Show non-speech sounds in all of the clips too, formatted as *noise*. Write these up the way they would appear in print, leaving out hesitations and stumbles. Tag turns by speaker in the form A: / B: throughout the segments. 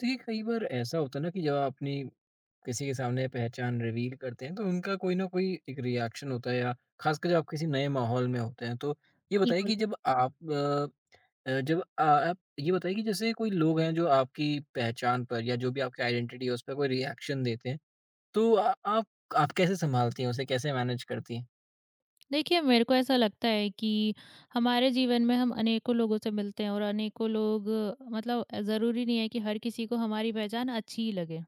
A: देखिए, कई बार ऐसा होता है ना कि जब आप अपनी किसी के सामने पहचान रिवील करते हैं तो उनका कोई ना कोई एक रिएक्शन होता है, या खासकर जब आप किसी नए माहौल में होते हैं तो ये बताइए
B: बिल्कुल।
A: कि जब आप अ, अ, जब आ- आप ये बताइए कि जैसे कोई लोग हैं जो आपकी पहचान पर या जो भी आपकी आइडेंटिटी है उस पर कोई रिएक्शन देते हैं तो आ, आप कैसे संभालती हैं, उसे कैसे मैनेज करती हैं।
B: देखिए, मेरे को ऐसा लगता है कि हमारे जीवन में हम अनेकों लोगों से मिलते हैं और अनेकों लोग मतलब ज़रूरी नहीं है कि हर किसी को हमारी पहचान अच्छी ही लगे।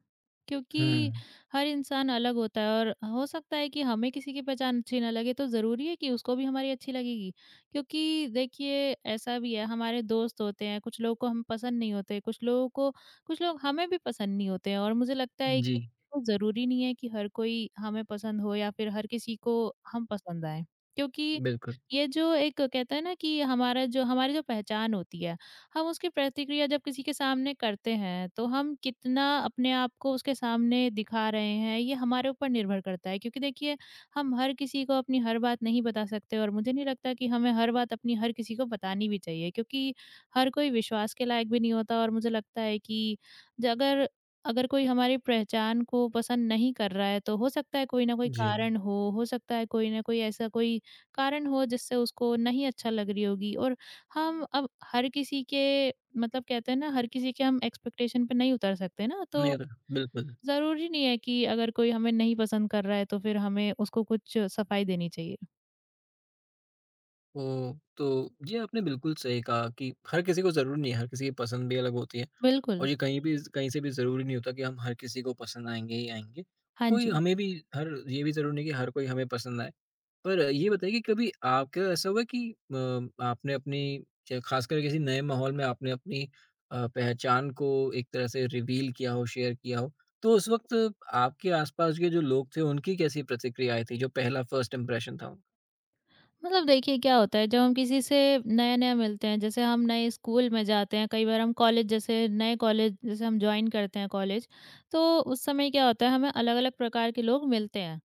B: क्योंकि
A: हम्म।
B: हर इंसान अलग होता है और हो सकता है कि हमें किसी की पहचान अच्छी ना लगे तो ज़रूरी है कि उसको भी हमारी अच्छी लगेगी। क्योंकि देखिए, ऐसा भी है हमारे दोस्त होते हैं, कुछ लोगों को हम पसंद नहीं होते, कुछ लोगों को कुछ लोग हमें भी पसंद नहीं होते हैं और मुझे लगता है
A: जी।
B: कि ज़रूरी नहीं है कि हर कोई हमें पसंद हो या फिर हर किसी को हम पसंद आएँ। क्योंकि
A: बिल्कुल।
B: ये जो एक कहते हैं ना कि हमारा जो हमारी जो पहचान होती है, हम उसकी प्रतिक्रिया जब किसी के सामने करते हैं, तो हम कितना अपने आप को उसके सामने दिखा रहे हैं, ये हमारे ऊपर निर्भर करता है। क्योंकि देखिए, हम हर किसी को अपनी हर बात नहीं बता सकते और मुझे नहीं लगता कि हमें हर बात अपनी हर किसी को बतानी भी चाहिए क्योंकि हर कोई विश्वास के लायक भी नहीं होता और मुझे लगता है कि ज अगर अगर कोई हमारी पहचान को पसंद नहीं कर रहा है, तो हो सकता है कोई ना कोई
A: जी जी।
B: कारण हो सकता है कोई ना कोई ऐसा कोई कारण हो जिससे उसको नहीं अच्छा लग रही होगी और हम अब हर किसी के मतलब कहते हैं ना हर किसी के हम एक्सपेक्टेशन पे नहीं उतर सकते ना तो
A: नहीं तो। बिल्कुल।
B: ज़रूरी नहीं है कि अगर कोई हमें नहीं पसंद कर रहा है तो फिर हमें उसको कुछ सफाई देनी चाहिए।
A: ओह! तो ये आपने बिल्कुल सही कहा कि हर किसी को ज़रूरी नहीं है, हर किसी की पसंद भी अलग होती है,
B: बिल्कुल।
A: और ये कहीं भी कहीं से भी ज़रूरी नहीं होता कि हम हर किसी को पसंद आएँगे ही आएँगे।
B: हाँ
A: कोई
B: जी।
A: हमें भी हर ये भी ज़रूरी नहीं कि हर कोई हमें पसंद आए। पर ये बताइए कि कभी आपके साथ ऐसा हुआ है कि आपने अपनी च ख़ासकर किसी नए माहौल में आपने अपनी पहचान को एक तरह से रिवील किया हो, शेयर किया हो, तो उस वक़्त आपके आस-पास के जो लोग थे, उनकी कैसी प्रतिक्रियाएँ थी, जो पहला फर्स्ट इंप्रेशन था उनका?
B: मतलब देखिए क्या होता है जब हम किसी से नया-नया मिलते हैं, जैसे हम नए स्कूल में जाते हैं, कई बार हम कॉलेज जैसे नए कॉलेज जैसे हम जॉइन करते हैं कॉलेज, तो उस समय क्या होता है हमें अलग-अलग प्रकार के लोग मिलते हैं।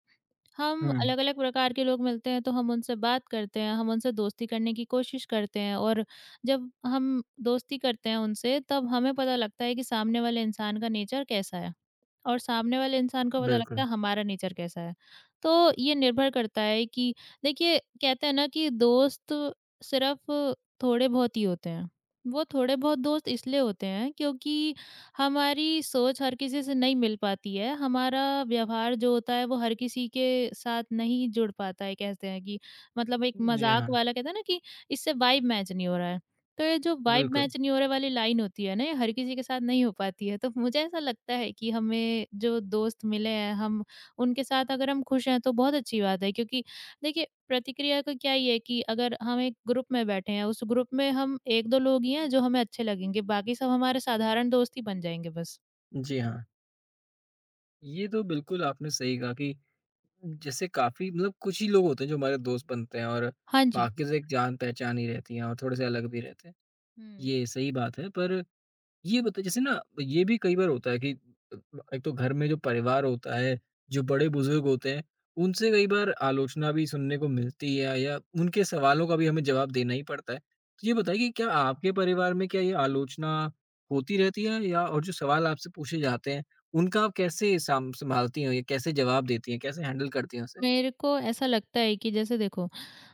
B: हम
A: हुँ,
B: अलग-अलग प्रकार के लोग मिलते हैं, तो हम उनसे बात करते हैं, हम उनसे दोस्ती करने की कोशिश करते हैं और जब हम दोस्ती करते हैं उनसे, तब हमें पता लगता है कि सामने वाले इंसान का नेचर कैसा है और सामने वाले इंसान को पता लगता
A: बिल्कुल।
B: है हमारा नेचर कैसा है। तो ये निर्भर करता है कि देखिए, कहते हैं ना कि दोस्त सिर्फ़ थोड़े बहुत ही होते हैं। वो थोड़े बहुत दोस्त इसलिए होते हैं क्योंकि हमारी सोच हर किसी से नहीं मिल पाती है, हमारा व्यवहार जो होता है वो हर किसी के साथ नहीं जुड़ पाता है कहते हैं कि मतलब एक
A: जी
B: मज़ाक
A: हाँ,
B: वाला कहते हैं ना कि इससे वाइब मैच नहीं हो रहा है। तो ये जो वाइब
A: बिल्कुल।
B: मैच नहीं हो रहे वाली लाइन होती है ना, ये हर किसी के साथ नहीं हो पाती है। तो मुझे ऐसा लगता है कि हमें जो दोस्त मिले हैं, हम उनके साथ अगर हम खुश हैं तो बहुत अच्छी बात है क्योंकि देखिए, प्रतिक्रिया का क्या ये है कि अगर हम एक ग्रुप में बैठे हैं, उस ग्रुप में हम 1-2 लोग ही हैं जो हमें अच्छे लगेंगे, बाकी सब हमारे साधारण दोस्त ही बन जाएँगे बस।
A: जी हाँ, ये तो बिल्कुल आपने सही कहा कि जैसे काफ़ी मतलब कुछ ही लोग होते हैं जो हमारे दोस्त बनते हैं, और
B: हाँ जी।
A: बाकी से एक जान पहचान ही रहती है और थोड़े से अलग भी रहते हैं।
B: हुँ।
A: ये सही बात है, पर ये बता जैसे ना ये भी कई बार होता है कि अ, एक तो घर में जो परिवार होता है, जो बड़े-बुजुर्ग होते हैं, उनसे कई बार आलोचना भी सुनने को मिलती है या उनके सवालों का भी हमें जवाब देना ही पड़ता है। तो ये बताइए कि क्या आपके परिवार में क्या ये आलोचना होती रहती है, या और जो सवाल आपसे पूछे जाते हैं, उनका आप कैसे साम सँभालती हैं या कैसे जवाब देती हैं, कैसे हैंडल करती हैं उसे?
B: मेरे को ऐसा लगता है कि जैसे देखो,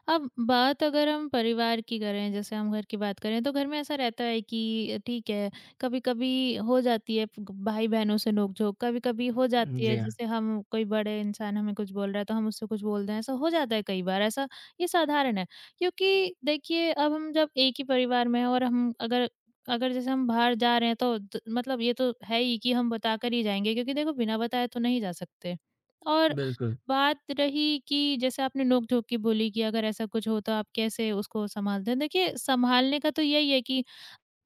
B: अब बात अगर हम परिवार की करें, जैसे हम घर की बात करें, तो घर में ऐसा रहता है कि ठीक है, कभी-कभी हो जाती है ग भाई-बहनों से नोक-झोंक, कभी-कभी हो जाती है
A: जी हाँ,
B: जैसे हम कोई बड़े इंसान हमें कुछ बोल रहा है, तो हम उससे कुछ बोल दें, ऐसा हो जाता है कई बार, ऐसा ये साधारण है। क्योंकि देखिए, अब हम जब एक ही परिवार में हैं और हम अगर अगर जैसे हम बाहर जा रहे हैं, तो द मतलब ये तो है ही कि हम बताकर ही जाएँगे क्योंकि देखो, बिना बताए तो नहीं जा सकते। और
A: बिल्कुल।
B: बात रही कि जैसे आपने नोक-झोंक की बोली कि अगर ऐसा कुछ हो तो आप कैसे उसको संभालते हैं। देखिए, संभालने का तो यही है कि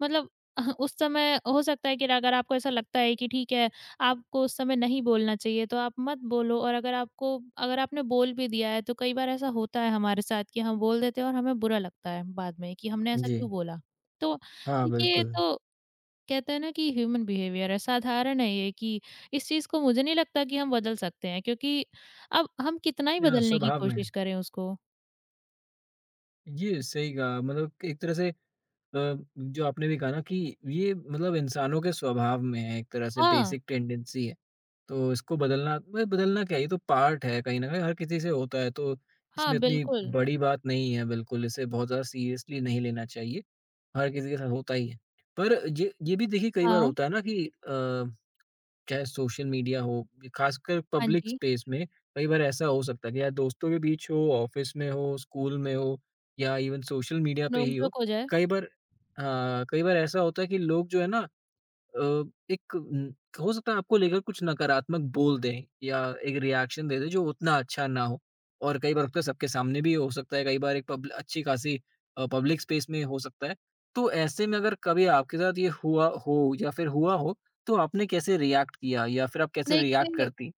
B: मतलब उस समय हो सकता है कि अगर आपको ऐसा लगता है कि ठीक है, आपको उस समय नहीं बोलना चाहिए तो आप मत बोलो और अगर आपने बोल भी दिया है तो कई बार ऐसा होता है हमारे साथ कि हम बोल देते हैं और हमें बुरा लगता है बाद में कि हमने ऐसा
A: जी,
B: क्यों बोला। तो
A: हाँ,
B: देखिए
A: बिल्कुल।
B: तो कहते हैं ना कि ह्यूमन बिहेवियर है साधारण है ये कि इस चीज़ को मुझे नहीं लगता कि हम बदल सकते हैं क्योंकि अब हम कितना ही
A: या
B: बदलने की
A: स्वभाव में।
B: कोशिश
A: है।
B: करें उसको
A: ये सही कहा, मतलब एक तरह से जो आपने भी कहा ना कि ये मतलब इंसानों के स्वभाव में है, एक तरह से
B: हाँ,
A: बेसिक टेंडेंसी है। तो इसको बदलना ब बदलना क्या है, ये तो पार्ट है कहीं न कहीं हर किसी से होता है, तो
B: हाँ
A: इसमें इतनी
B: बिल्कुल।
A: बड़ी बात नहीं है बिल्कुल, इसे बहुत ज़्यादा सीरियसली नहीं लेना चाहिए, हर किसी के साथ होता ही है। पर ये भी देखिए कई बार
B: हाँ,
A: होता है ना कि चाहे सोशल मीडिया हो, ये खासकर
B: हाँ
A: पब्लिक
B: जी,
A: स्पेस में कई बार ऐसा हो सकता है कि या दोस्तों के बीच हो, ऑफिस में हो, स्कूल में हो या इवन सोशल मीडिया पे ही हो।
B: नोक-झोंक हो जाए।
A: कई बार, हाँ, कई बार ऐसा होता है कि लोग जो है ना अ, एक न हो सकता है आपको लेकर कुछ नकारात्मक बोल दें या एक रिएक्शन दे दें जो उतना अच्छा ना हो। और कई बार होता है सबके सामने भी हो सकता है, कई बार एक पब्ल अच्छी खासी पब्लिक स्पेस में हो सकता है। तो ऐसे में अगर कभी आपके साथ ये हुआ हो या फिर हुआ हो, तो आपने कैसे रिएक्ट किया या फिर आप कैसे रिएक्ट
B: देखिए
A: करतीं?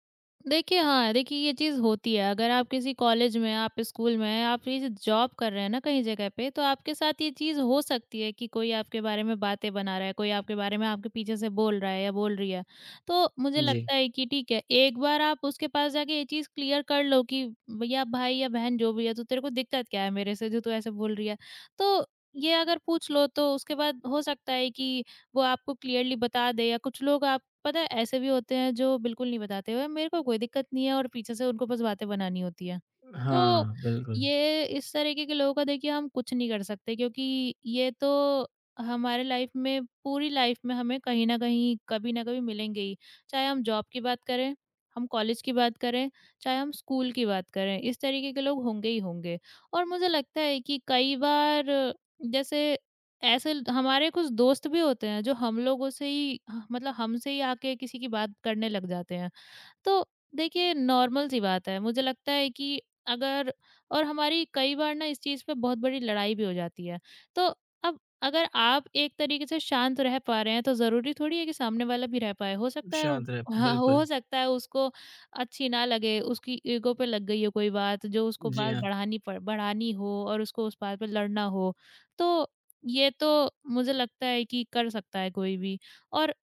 B: देखिए, हाँ, देखिए ये चीज़ होती है। अगर आप किसी कॉलेज में, आप स्कूल में, आप ये जॉब कर रहे हैं ना कहीं जगह पे, तो आपके साथ ये चीज़ हो सकती है कि कोई आपके बारे में बातें बना रहा है, कोई आपके बारे में आपके पीछे से बोल रहा है या बोल रही है। तो मुझे
A: जी।
B: लगता है कि ठीक है, एक बार आप उसके पास जाके ये चीज़ क्लियर कर लो कि भैया भाई या बहन जो भी है, तो तेरे को दिक्कत क्या है मेरे से जो तू ऐसे बोल रही है? तो ये अगर पूछ लो तो उसके बाद हो सकता है कि वो आपको क्लियरली बता दे या कुछ लोग आप पता है ऐसे भी होते हैं जो बिल्कुल नहीं बताते हुए मेरे को कोई दिक्कत नहीं है और पीछे से उनको बस बातें बनानी होती है। तो
A: हाँ, बिल्कुल।
B: ये इस तरीके के लोगों का देखिए हम कुछ नहीं कर सकते क्योंकि ये तो हमारे लाइफ में पूरी लाइफ में हमें कहीं न कहीं, कभी न कभी मिलेंगे ही। चाहे हम जॉब की बात करें, हम कॉलेज की बात करें, चाहे हम स्कूल की बात करें, इस तरीके के लोग होंगे ही होंगे। और मुझे लगता है कि कई बार जैसे ऐसे ल हमारे कुछ दोस्त भी होते हैं जो हम लोगों से ही ह मतलब हमसे ही आके किसी की बात करने लग जाते हैं। तो देखिए नॉर्मल सी बात है मुझे लगता है कि अगर और हमारी कई बार ना इस चीज़ पे बहुत बड़ी लड़ाई भी हो जाती है। तो अब अगर आप एक तरीके से शांत रह पा रहे हैं तो ज़रूरी थोड़ी है कि सामने वाला भी रह पाए। हो सकता है
A: शांत रह
B: हाँ, हो
A: बिल्कुल।
B: सकता है उसको अच्छी ना लगे, उसकी ईगो पे लग गई हो कोई बात जो उसको
A: जी
B: बात
A: हाँ।
B: बढ़ानी हो और उसको उस बात पे लड़ना हो। तो ये तो मुझे लगता है कि कर सकता है कोई भी और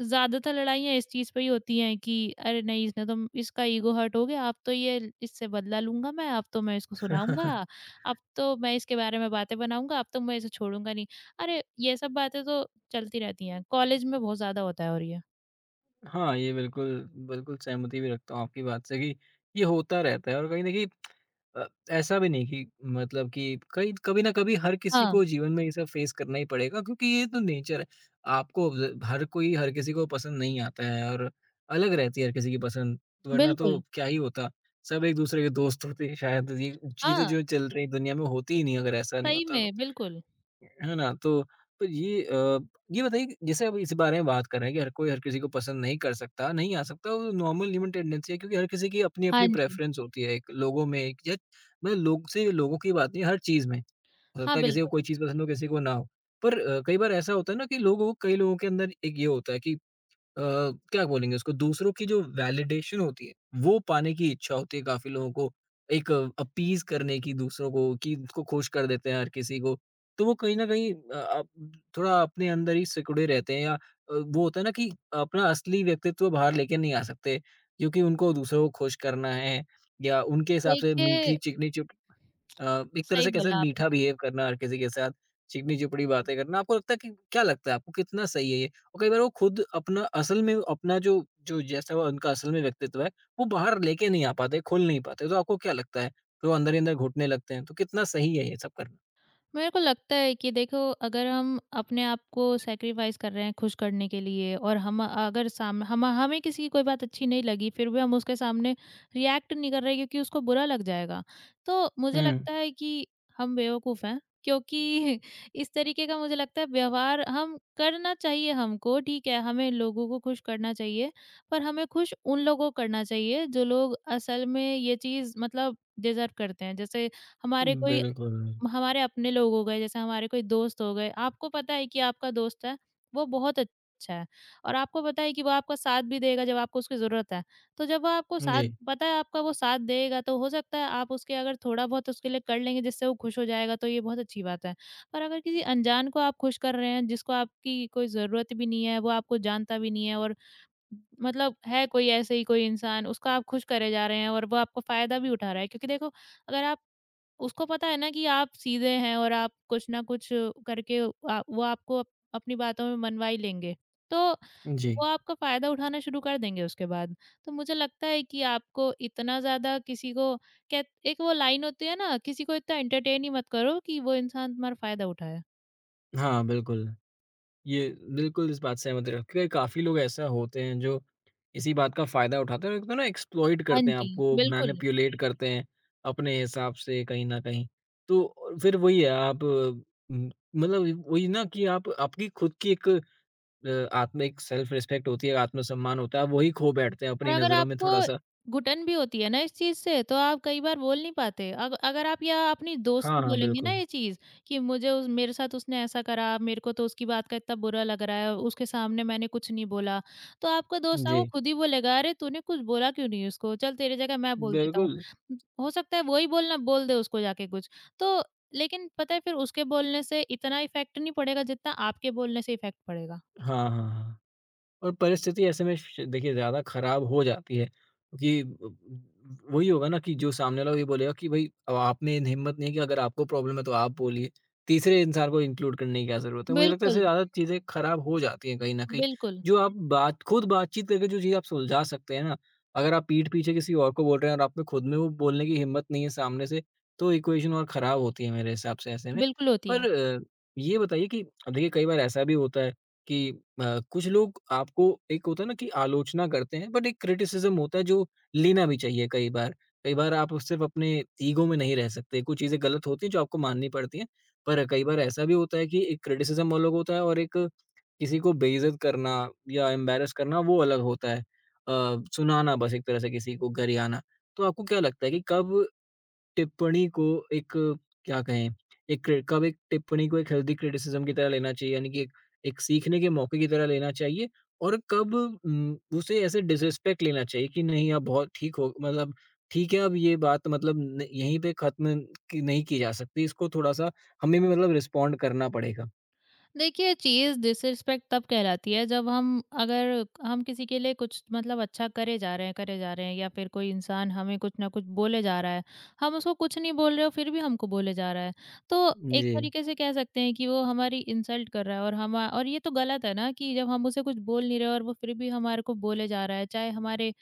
B: ज़्यादातर लड़ाइयाँ इस चीज़ पे ही होती हैं कि अरे नहीं इसने तो इसका ईगो हर्ट हो गया, अब तो ये इससे बदला लूँगा मैं, अब तो मैं इसको सुनाऊँगा,
A: *laughs*
B: अब तो मैं इसके बारे में बातें बनाऊँगा, अब तो मैं इसे छोड़ूँगा नहीं। अरे! ये सब बातें तो चलती रहती हैं, कॉलेज में बहुत ज़्यादा होता है और ये।
A: हाँ, ये बिल्कुल, बिल्कुल सहमति भी रखता हूँ आपकी बात से कि ये होता रहता है और कहीं न कहीं अ, ऐसा भी नहीं कि मतलब कि कहीं कभी न कभी हर किसी
B: हाँ,
A: को जीवन में ये सब फेस करना ही पड़ेगा, क्योंकि ये तो नेचर है। आपको ज हर कोई हर किसी को पसंद नहीं आता है, और अलग रहती है हर किसी की पसंद, वरना
B: बिल्कुल।
A: तो क्या ही होता? सब एक-दूसरे के दोस्त होते, शायद ये चीज़ें
B: हाँ,
A: जो चल रही दुनिया में होती ही नहीं अगर ऐसा नहीं
B: सही
A: होता तो।
B: में, बिल्कुल।
A: है ना? तो ये ये बताइए कि जैसे अब इस बारे में बात कर रहे हैं कि हर कोई हर किसी को पसंद नहीं कर सकता, नहीं आ सकता, वो नॉर्मल ह्यूमन टेंडेंसी है, क्योंकि हर किसी की
B: हाँ
A: अपनी-अपनी
B: जी।
A: प्रेफ़रेंस होती है एक लोगों में एक या मतलब लोग से लोगों की बात नहीं है, हर चीज़ में। हो
B: हाँ,
A: सकता है किसी को
B: बिल्कुल।
A: कोई चीज़ पसंद हो, किसी को ना हो। पर कई बार ऐसा होता है ना कि लोगों कई लोगों के अंदर एक ये होता है कि अ, क्या बोलेंगे उसको दूसरों की जो वैलिडेशन होती है, वो पाने की इच्छा होती है काफ़ी लोगों को। एक अपीज़ करने की दूसरों को कि उसको खुश कर देते हैं हर किसी को। तो वो कहीं न कहीं आप थोड़ा अपने अंदर ही सिकुड़े रहते हैं या वो होता है ना कि अपना असली व्यक्तित्व बाहर लेके नहीं आ सकते, क्योंकि उनको दूसरों को खुश करना है या उनके हिसाब से
B: देखिए,
A: मीठी चिकनी एक तरह
B: सही
A: से कैसे
B: बोला
A: मीठा
B: आपने।
A: बिहेव करना हर किसी के साथ, चिकनी-चुपड़ी बातें करना, आपको लगता है कि क्या लगता है आपको कितना सही है ये? और कई बार वो खुद अपना असल में अपना जो जो जैसा वो उनका असल में व्यक्तित्व है, वो बाहर लेके नहीं आ पाते, खोल नहीं पाते, तो आपको क्या लगता है? तो वो अंदर ही अंदर घुटने लगते हैं, तो कितना सही है ये सब करना?
B: मेरे को लगता है कि देखो अगर हम अपने आप को सैक्रिफाइस कर रहे हैं खुश करने के लिए और हम अगर साम हम हमें किसी की कोई बात अच्छी नहीं लगी फिर भी हम उसके सामने रिएक्ट नहीं कर रहे क्योंकि उसको बुरा लग जाएगा तो मुझे
A: हुँ,
B: लगता है कि हम बेवकूफ़ हैं क्योंकि *laughs* इस तरीके का मुझे लगता है व्यवहार हम करना चाहिए हमको ठीक है हमें लोगों को खुश करना चाहिए पर हमें खुश उन लोगों को करना चाहिए जो लोग असल में ये चीज़ मतलब डिजर्व करते हैं जैसे हमारे कोई
A: बिल्कुल।
B: हमारे अपने लोग हो गए, जैसे हमारे कोई दोस्त हो गए, आपको पता है कि आपका दोस्त है, वो बहुत अच्छा है और आपको पता है कि वो आपका साथ भी देगा जब आपको उसकी ज़रूरत है। तो जब वो आपको साथ
A: जी,
B: पता है आपका वो साथ देगा, तो हो सकता है आप उसके अगर थोड़ा बहुत उसके लिए कर लेंगे जिससे वो खुश हो जाएगा, तो ये बहुत अच्छी बात है। पर अगर किसी अनजान को आप खुश कर रहे हैं, जिसको आपकी कोई ज़रूरत भी नहीं है, वो आपको जानता भी नहीं है और मतलब है कोई ऐसे ही कोई इंसान, उसको आप खुश करे जा रहे हैं और वो आपका फ़ायदा भी उठा रहा है। क्योंकि देखो, अगर आप उसको पता है ना कि आप सीधे हैं और आप कुछ ना कुछ करके वो आपको अपनी बातों में मनवा ही लेंगे तो
A: जी।
B: वो आपका फायदा उठाना शुरू कर देंगे उसके बाद तो मुझे लगता है कि आपको इतना ज्यादा किसी को कह एक वो लाइन होती है ना किसी को इतना एंटरटेन ही मत करो कि वो इंसान तुम्हारा फायदा उठाए।
A: हाँ, बिल्कुल। ये बिल्कुल इस बात से सहमत रहे, क्योंकि काफ़ी लोग ऐसा होते हैं जो इसी बात का फ़ायदा उठाते हैं और एक तो ना एक्सप्लॉइट
B: हाँ
A: करते हैं
B: जी,
A: आपको,
B: बिल्कुल।
A: मैनिपुलेट करते हैं अपने हिसाब से कहीं न कहीं। तो फिर वही है आप मतलब वही ना कि आप आपकी खुद की एक अ, आत्म एक सेल्फ रिस्पेक्ट होती है, आत्मसम्मान होता है, आप वही खो बैठते हैं
B: और
A: अपनी
B: अगर
A: नज़रों में
B: आपको
A: थोड़ा-सा।
B: घुटन भी होती है ना इस चीज़ से, तो आप कई बार बोल नहीं पाते। अग अगर आप या अपनी दोस्त
A: हाँ,
B: से
A: हाँ,
B: बोलेंगे ना
A: बिल्कुल।
B: ये चीज़ कि मुझे उस मेरे साथ उसने ऐसा करा, मेरे को तो उसकी बात का इतना बुरा लग रहा है, उसके सामने मैंने कुछ नहीं बोला। तो आपका दोस्त आपको
A: जी,
B: खुद ही बोलेगा, "अरे! तूने कुछ बोला क्यों नहीं उसको? चल तेरी जगह मैं बोल देता हूँ।"
A: बिल्कुल।
B: हो सकता है वो ही बोल दे उसको जाके कुछ। तो लेकिन पता है फिर उसके बोलने से इतना इफ़ेक्ट नहीं पड़ेगा जितना आपके बोलने से इफ़ेक्ट पड़ेगा।
A: हाँ, हाँ, हाँ। और परिस्थिति ऐसे में श देखिए ज़्यादा खराब हो जाती है, क्योंकि ब वही होगा ना कि जो सामने वाला ये बोलेगा कि भई अब आपने हिम्मत नहीं है कि अगर आपको प्रॉब्लम है तो आप बोलिए। तीसरे इंसान को इंक्लूड करने की क्या ज़रूरत है? मुझे लगता है इससे
B: बिल्कुल,
A: ज़्यादा चीज़ें खराब हो जाती हैं कहीं न कहीं।
B: बिल्कुल,
A: जो आप बात खुद बातचीत करके जो चीज़ आप सुलझा सकते हैं ना, अगर आप पीठ पीछे किसी और को बोल रहे हैं और आप में खुद में वो बोलने की हिम्मत नहीं है सामने से, तो इक्वेशन और खराब होती है मेरे हिसाब से ऐसे में।
B: बिल्कुल होती है।
A: पर ये बताइए कि अब देखिए कई बार ऐसा भी होता है कि कुछ लोग आपको एक होता है ना कि आलोचना करते हैं बट एक क्रिटिसिज्म होता है जो लेना भी चाहिए कई बार। कई बार आप सिर्फ़ अपने ईगो में नहीं रह सकते, कुछ चीज़ें गलत होती हैं जो आपको माननी पड़ती हैं। पर कई बार ऐसा भी होता है कि एक क्रिटिसिज्म अलग होता है और एक किसी को बेइज़्ज़त करना या एम्बैरस करना वो अलग होता है। सुनाना बस एक तरह से किसी को गरियाना। तो आपको क्या लगता है कि कब टिप्पणी को एक क्या कहें, कब एक टिप्पणी को एक हेल्दी क्रिटिसिज़्म की तरह लेना चाहिए, यानी कि एक एक सीखने के मौके की तरह लेना चाहिए और कब उसे ऐसे डिसरिस्पेक्ट लेना चाहिए कि नहीं आप बहुत ठीक हो, मतलब ठीक है अब ये बात मतलब न यहीं पे खत्म की नहीं की जा सकती, इसको थोड़ा-सा हमें भी मतलब रिस्पॉन्ड करना पड़ेगा।
B: देखिए चीज़ डिसरिस्पेक्ट तब कहलाती है जब हम अगर हम किसी के लिए कुछ मतलब अच्छा करे जा रहे हैं या फिर कोई इंसान हमें कुछ ना कुछ बोले जा रहा है हम उसको कुछ नहीं बोल रहे हो फिर भी हमको बोले जा रहा है तो एक
A: जी,
B: तरीके से कह सकते हैं कि वो हमारी इंसल्ट कर रहा है और हम और ये तो गलत है ना कि जब हम उसे कुछ बोल नहीं रहे और वो फिर भी हमारे को बोले जा रहा है चाहे हमारे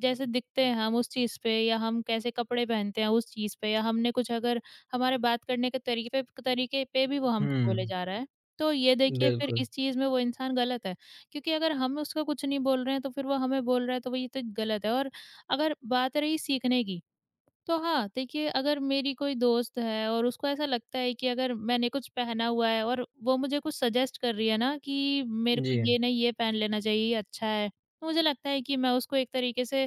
B: जैसे दिखते हैं हम उस चीज़ पे या हम कैसे कपड़े पहनते हैं उस चीज़ पे या हमने कुछ अगर हमारे बात करने के तरीके तरीके पे भी वो हमको बोले
A: हुँ,
B: जा रहा है, तो ये देखिए फिर
A: बिल्कुल,
B: इस चीज़ में वो इंसान गलत है। क्योंकि अगर हम उसको कुछ नहीं बोल रहे हैं तो फिर वो हमें बोल रहा है तो वो ये तो गलत है और अगर बात रही सीखने की तो हाँ, देखिए अगर मेरी कोई दोस्त है और उसको ऐसा लगता है कि अगर मैंने कुछ पहना हुआ है और वो मुझे कुछ सजेस्ट कर रही है ना कि मेरे
A: जी,
B: को ये नहीं ये पहन लेना चाहिए, ये अच्छा है। तो मुझे लगता है कि मैं उसको एक तरीके से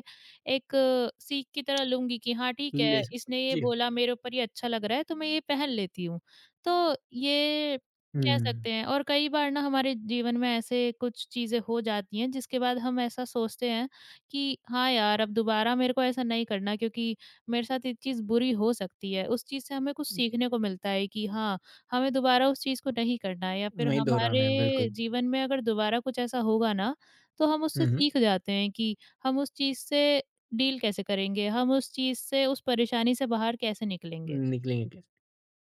B: एक सीख की तरह लूँगी कि हाँ, ठीक है,
A: ले सकते
B: इसने ये
A: जी,
B: बोला मेरे ऊपर ये अच्छा लग रहा है तो मैं ये पहन लेती हूँ। तो ये कह
A: हुँ,
B: सकते हैं और कई बार ना हमारे जीवन में ऐसे कुछ चीज़ें हो जाती हैं जिसके बाद हम ऐसा सोचते हैं कि हाँ यार, अब दोबारा मेरे को ऐसा नहीं करना क्योंकि मेरे साथ ये चीज़ बुरी हो सकती है। उस चीज़ से हमें कुछ सीखने को मिलता है कि हाँ, हमें दोबारा उस चीज़ को नहीं करना है या फिर
A: वही दोहराना है,
B: हमारे
A: बिल्कुल।
B: जीवन में अगर दोबारा कुछ ऐसा होगा ना, तो हम उससे
A: हुँ, हुँ,
B: सीख जाते हैं कि हम उस चीज़ से डील कैसे करेंगे, हम उस चीज़ से उस परेशानी से बाहर कैसे निकलेंगे।
A: निकलेंगे क्या?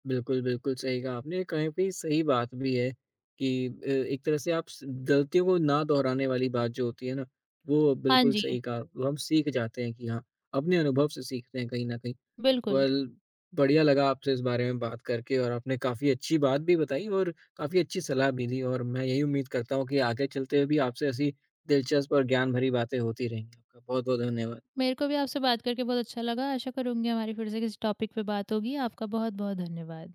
A: बिल्कुल, बिल्कुल, सही कहा आपने। कहीं न कहीं सही बात भी है कि एक तरह से आप स गलतियों को ना दोहराने वाली बात जो होती है ना, वो
B: हाँ
A: बिल्कुल
B: जी,
A: सही कहा। वो हम सीख जाते हैं कि हाँ, अपने अनुभव से सीखते हैं कहीं न कहीं।
B: बिल्कुल।
A: बल बढ़िया लगा आपसे इस बारे में बात करके और आपने काफ़ी अच्छी बात भी बताई और काफ़ी अच्छी सलाह भी दी और मैं यही उम्मीद करता हूँ कि आगे चलते हुए भी आपसे ऐसी दिलचस्प और ज्ञान भरी बातें होती रहेंगी। आपका बहुत-बहुत धन्यवाद।
B: मेरे को भी आपसे बात करके बहुत अच्छा लगा। आशा करूँगी हमारी फिर से किसी टॉपिक पे बात होगी। आपका बहुत-बहुत धन्यवाद।